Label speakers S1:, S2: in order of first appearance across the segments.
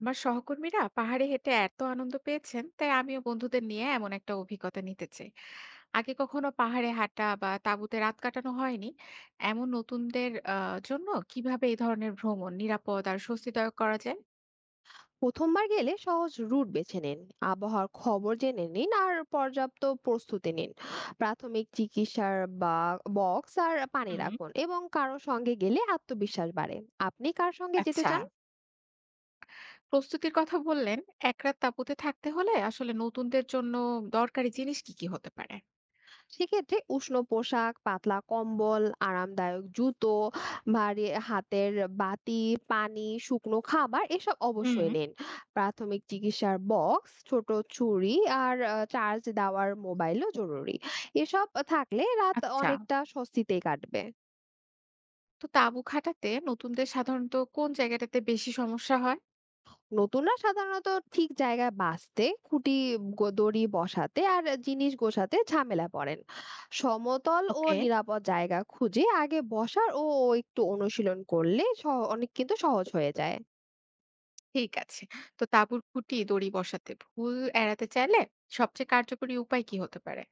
S1: আমার সহকর্মীরা পাহাড়ে হেঁটে এত আনন্দ পেয়েছেন, তাই আমিও বন্ধুদের নিয়ে এমন একটা অভিজ্ঞতা নিতে চাই। আগে কখনো পাহাড়ে হাঁটা বা তাঁবুতে রাত কাটানো হয়নি। এমন নতুনদের জন্য কিভাবে এই ধরনের ভ্রমণ নিরাপদ আর স্বস্তিদায়ক করা যায়?
S2: প্রথমবার গেলে সহজ রুট বেছে নিন। আবহাওয়ার খবর জেনে নিন আর পর্যাপ্ত প্রস্তুতি নিন। প্রাথমিক চিকিৎসার বা বক্স আর পানি
S1: হুম।
S2: রাখুন, এবং কারো সঙ্গে গেলে আত্মবিশ্বাস বাড়ে। আপনি কার সঙ্গে যেতে
S1: আচ্ছা,
S2: চান?
S1: প্রস্তুতির কথা বললেন। এক রাত তাঁবুতে থাকতে হলে আসলে নতুনদের জন্য দরকারি জিনিস কি কি হতে পারে?
S2: সেক্ষেত্রে উষ্ণ পোশাক, পাতলা কম্বল, আরামদায়ক জুতো, ভারী হাতের বাতি, পানি, শুকনো খাবার, এসব
S1: হুম।
S2: অবশ্যই নিন। প্রাথমিক চিকিৎসার বক্স, ছোট ছুরি আর চার্জ দেওয়ার মোবাইলও জরুরি। এসব থাকলে রাত
S1: আচ্ছা,
S2: অনেকটা স্বস্তিতেই কাটবে।
S1: তো তাঁবু খাটাতে নতুনদের সাধারণত কোন জায়গাটাতে বেশি সমস্যা হয়?
S2: নতুনরা সাধারণত ঠিক জায়গায় বাঁচতে খুঁটি দড়ি বসাতে আর জিনিস গোছাতে ঝামেলা পড়েন। সমতল ও
S1: ওকে।
S2: নিরাপদ জায়গা খুঁজে আগে বসার ও ও একটু অনুশীলন করলে অনেক কিন্তু সহজ হয়ে যায়।
S1: ঠিক আছে। তো তাঁবুর খুঁটি দড়ি বসাতে ভুল এড়াতে চাইলে সবচেয়ে কার্যকরী উপায় কি হতে পারে?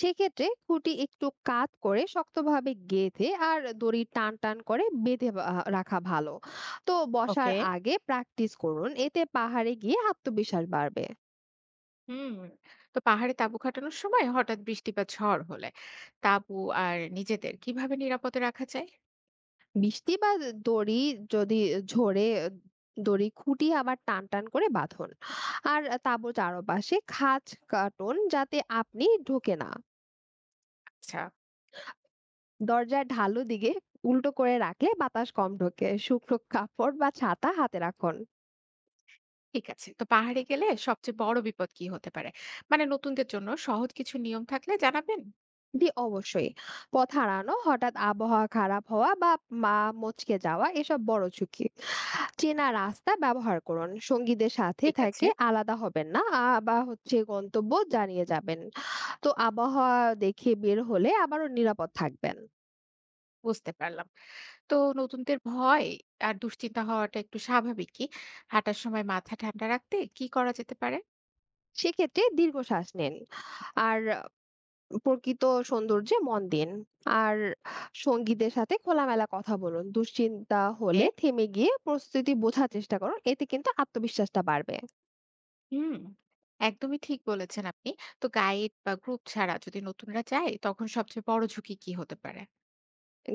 S2: সেক্ষেত্রে খুঁটি একটু কাত করে শক্তভাবে গেঁথে আর দড়ি টান টান করে বেঁধে রাখা ভালো। তো বসার
S1: ওকে।
S2: আগে প্র্যাকটিস করুন, এতে পাহাড়ে গিয়ে আত্মবিশ্বাস বাড়বে।
S1: হুম। তো পাহাড়ে তাঁবু খাটানোর সময় হঠাৎ বৃষ্টি বা ঝড় হলে তাঁবু আর নিজেদের কিভাবে নিরাপদে রাখা যায়?
S2: বৃষ্টি বা দড়ি যদি ঝরে, দড়ি খুঁটি আবার টান টান করে বাঁধুন। আর তাঁবুর চারপাশে খাঁজ কাটুন যাতে আপনি ঢোকে না।
S1: আচ্ছা,
S2: দরজার ঢালু দিকে উল্টো করে রাখলে বাতাস কম ঢোকে। শুকনো কাপড় বা ছাতা হাতে রাখুন।
S1: ঠিক আছে। তো পাহাড়ে গেলে সবচেয়ে বড় বিপদ কি হতে পারে? মানে নতুনদের জন্য সহজ কিছু নিয়ম থাকলে জানাবেন?
S2: দিয়ে অবশ্যই পথ হারানো, হঠাৎ আবহাওয়া খারাপ হওয়া বা মা মচকে যাওয়া, এসব বড় ঝুঁকি। চেনা রাস্তা ব্যবহার করুন, সঙ্গীদের সাথে
S1: ঠিক আছে,
S2: থেকে আলাদা হবেন না, আ- বা হচ্ছে গন্তব্য জানিয়ে যাবেন। তো আবহাওয়া দেখে বের হলে আবারও নিরাপদ থাকবেন।
S1: বুঝতে পারলাম। তো নতুনদের ভয় আর দুশ্চিন্তা হওয়াটা একটু স্বাভাবিকই। হাঁটার সময় মাথা ঠান্ডা রাখতে কি করা যেতে পারে?
S2: সেক্ষেত্রে দীর্ঘশ্বাস নিন আর প্রকৃত সৌন্দর্যে মন দিন। আর সঙ্গীদের সাথে খোলামেলা কথা বলুন। দুশ্চিন্তা হলে থেমে গিয়ে প্রস্তুতি বোঝার চেষ্টা করুন, এতে কিন্তু আত্মবিশ্বাসটা বাড়বে।
S1: হুম, একদমই ঠিক বলেছেন আপনি। তো গাইড বা গ্রুপ ছাড়া যদি নতুনরা যায় তখন সবচেয়ে বড় ঝুঁকি কি হতে পারে?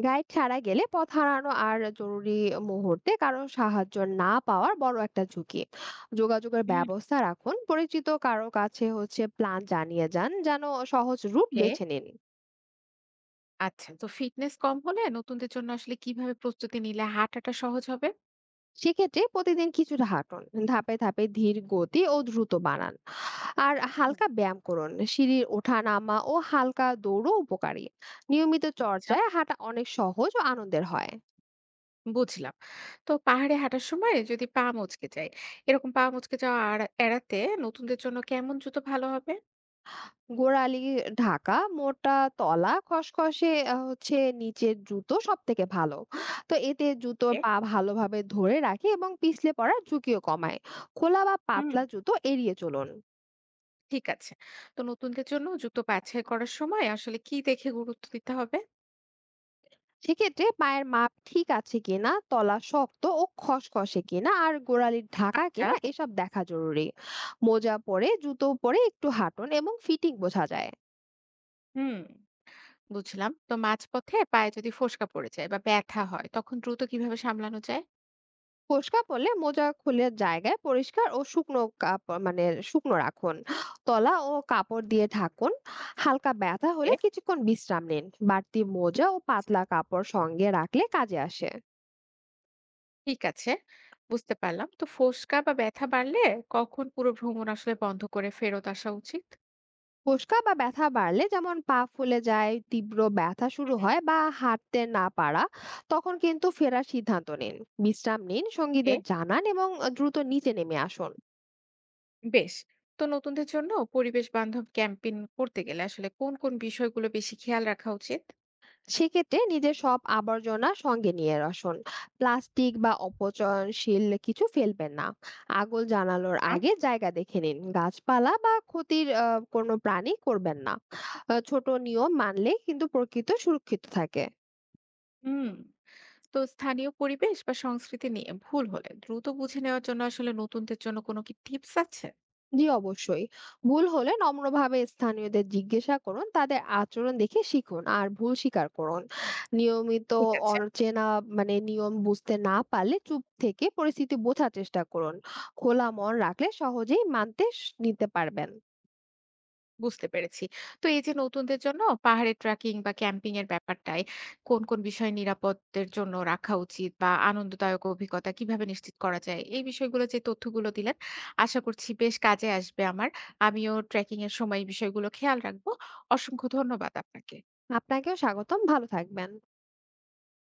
S2: গাইড ছাড়া গেলে পথ হারানো আর জরুরি মুহূর্তে কারো সাহায্য না পাওয়ার বড় একটা ঝুঁকি। যোগাযোগের
S1: হুম।
S2: ব্যবস্থা রাখুন, পরিচিত কারো কাছে হচ্ছে প্ল্যান জানিয়ে যান, যেন সহজ রুট
S1: ওকে।
S2: বেছে নিন।
S1: আচ্ছা, তো ফিটনেস কম হলে নতুনদের জন্য আসলে কিভাবে প্রস্তুতি নিলে হাঁটাটা সহজ হবে?
S2: সেক্ষেত্রে প্রতিদিন কিছুটা হাঁটুন, ধাপে ধাপে ধীর গতি ও দ্রুত বানান। আর
S1: হুম।
S2: হালকা ব্যায়াম করুন, সিঁড়ির ওঠা নামা ও হালকা দৌড়ও উপকারী। নিয়মিত
S1: আচ্ছা,
S2: চর্চায় হাঁটা অনেক সহজ ও আনন্দের হয়।
S1: বুঝলাম। তো পাহাড়ে হাঁটার সময় যদি পা মচকে যায়, এরকম পা মচকে যাওয়া আড়া এড়াতে নতুনদের জন্য কেমন জুতো ভালো হবে?
S2: গোড়ালি ঢাকা, মোটা তলা, খসখসে হচ্ছে নিচের জুতো সব থেকে ভালো। তো এতে জুতো
S1: ওকে।
S2: পা ভালোভাবে ধরে রাখে এবং পিছলে পড়ার ঝুঁকিও কমায়। খোলা বা
S1: হুম।
S2: পাতলা জুতো এড়িয়ে চলুন।
S1: ঠিক আছে। তো নতুনদের জন্য জুতো বাছাই করার সময় আসলে কি দেখে গুরুত্ব দিতে হবে?
S2: সেক্ষেত্রে পায়ের মাপ ঠিক আছে কিনা, তলা শক্ত ও খসখসে কিনা, আর গোড়ালির ঢাকা
S1: আচ্ছা।
S2: কিনা, এসব দেখা জরুরি। মোজা পরে জুতো পরে একটু হাঁটুন এবং ফিটিং বোঝা যায়।
S1: হুম, বুঝলাম। তো মাঝপথে পায়ে যদি ফোসকা পড়ে যায় বা ব্যথা হয় তখন দ্রুত কিভাবে সামলানো যায়?
S2: ফোসকা পড়লে মোজা খুলে জায়গায় পরিষ্কার ও শুকনো কাপড় মানে শুকনো রাখুন। তলা ও কাপড় দিয়ে ঢাকুন। হালকা ব্যথা
S1: এ,
S2: হলে কিছুক্ষণ বিশ্রাম নিন। বাড়তি মোজা ও পাতলা কাপড় সঙ্গে রাখলে কাজে আসে।
S1: ঠিক আছে, বুঝতে পারলাম। তো ফোসকা বা ব্যথা বাড়লে কখন পুরো ভ্রমণ আসলে বন্ধ করে ফেরত আসা উচিত?
S2: ফোসকা বা ব্যথা বাড়লে, যেমন পা ফুলে যায়, তীব্র ব্যথা শুরু
S1: হুম।
S2: হয় বা হাঁটতে না পারা, তখন কিন্তু ফেরার সিদ্ধান্ত নিন। বিশ্রাম নিন,
S1: এ,
S2: সঙ্গীদের জানান এবং দ্রুত নিচে নেমে আসুন।
S1: বেশ। তো নতুনদের জন্য পরিবেশ বান্ধব ক্যাম্পেইন করতে গেলে আসলে কোন কোন বিষয়গুলো বেশি খেয়াল রাখা উচিত?
S2: সেক্ষেত্রে নিজের সব আবর্জনা সঙ্গে নিয়ে আসুন। প্লাস্টিক বা অপচয়নশীল কিছু ফেলবেন না। আগুন জানানোর
S1: আম,
S2: আগে জায়গা দেখে নিন, গাছপালা বা ক্ষতির কোনো প্রাণী করবেন না। ছোট নিয়ম মানলে কিন্তু প্রকৃত সুরক্ষিত থাকে।
S1: হুম। তো স্থানীয় পরিবেশ বা সংস্কৃতি নিয়ে ভুল হলে দ্রুত বুঝে নেওয়ার জন্য আসলে নতুনদের জন্য কোনো কি টিপস আছে?
S2: জি অবশ্যই। ভুল হলে নম্রভাবে স্থানীয়দের জিজ্ঞাসা করুন, তাদের আচরণ দেখে শিখুন আর ভুল স্বীকার করুন। নিয়মিত
S1: ঠিক আছে,
S2: অচেনা মানে নিয়ম বুঝতে না পারলে চুপ থেকে পরিস্থিতি বোঝার চেষ্টা করুন। খোলা মন রাখলে সহজেই মানতে নিতে পারবেন।
S1: বুঝতে পেরেছি। তো এই যে নতুনদের জন্য পাহাড়ে ট্রেকিং বা ক্যাম্পিং এর ব্যাপারটায় কোন, কোন বিষয় নিরাপত্তের জন্য রাখা উচিত বা আনন্দদায়ক অভিজ্ঞতা কিভাবে নিশ্চিত করা যায়? এই বিষয়গুলো যে তথ্যগুলো দিলেন আশা করছি বেশ কাজে আসবে আমার। আমিও ট্রেকিং এর সময় এই বিষয়গুলো খেয়াল রাখবো। অসংখ্য ধন্যবাদ আপনাকে।
S2: আপনাকেও স্বাগতম, ভালো থাকবেন।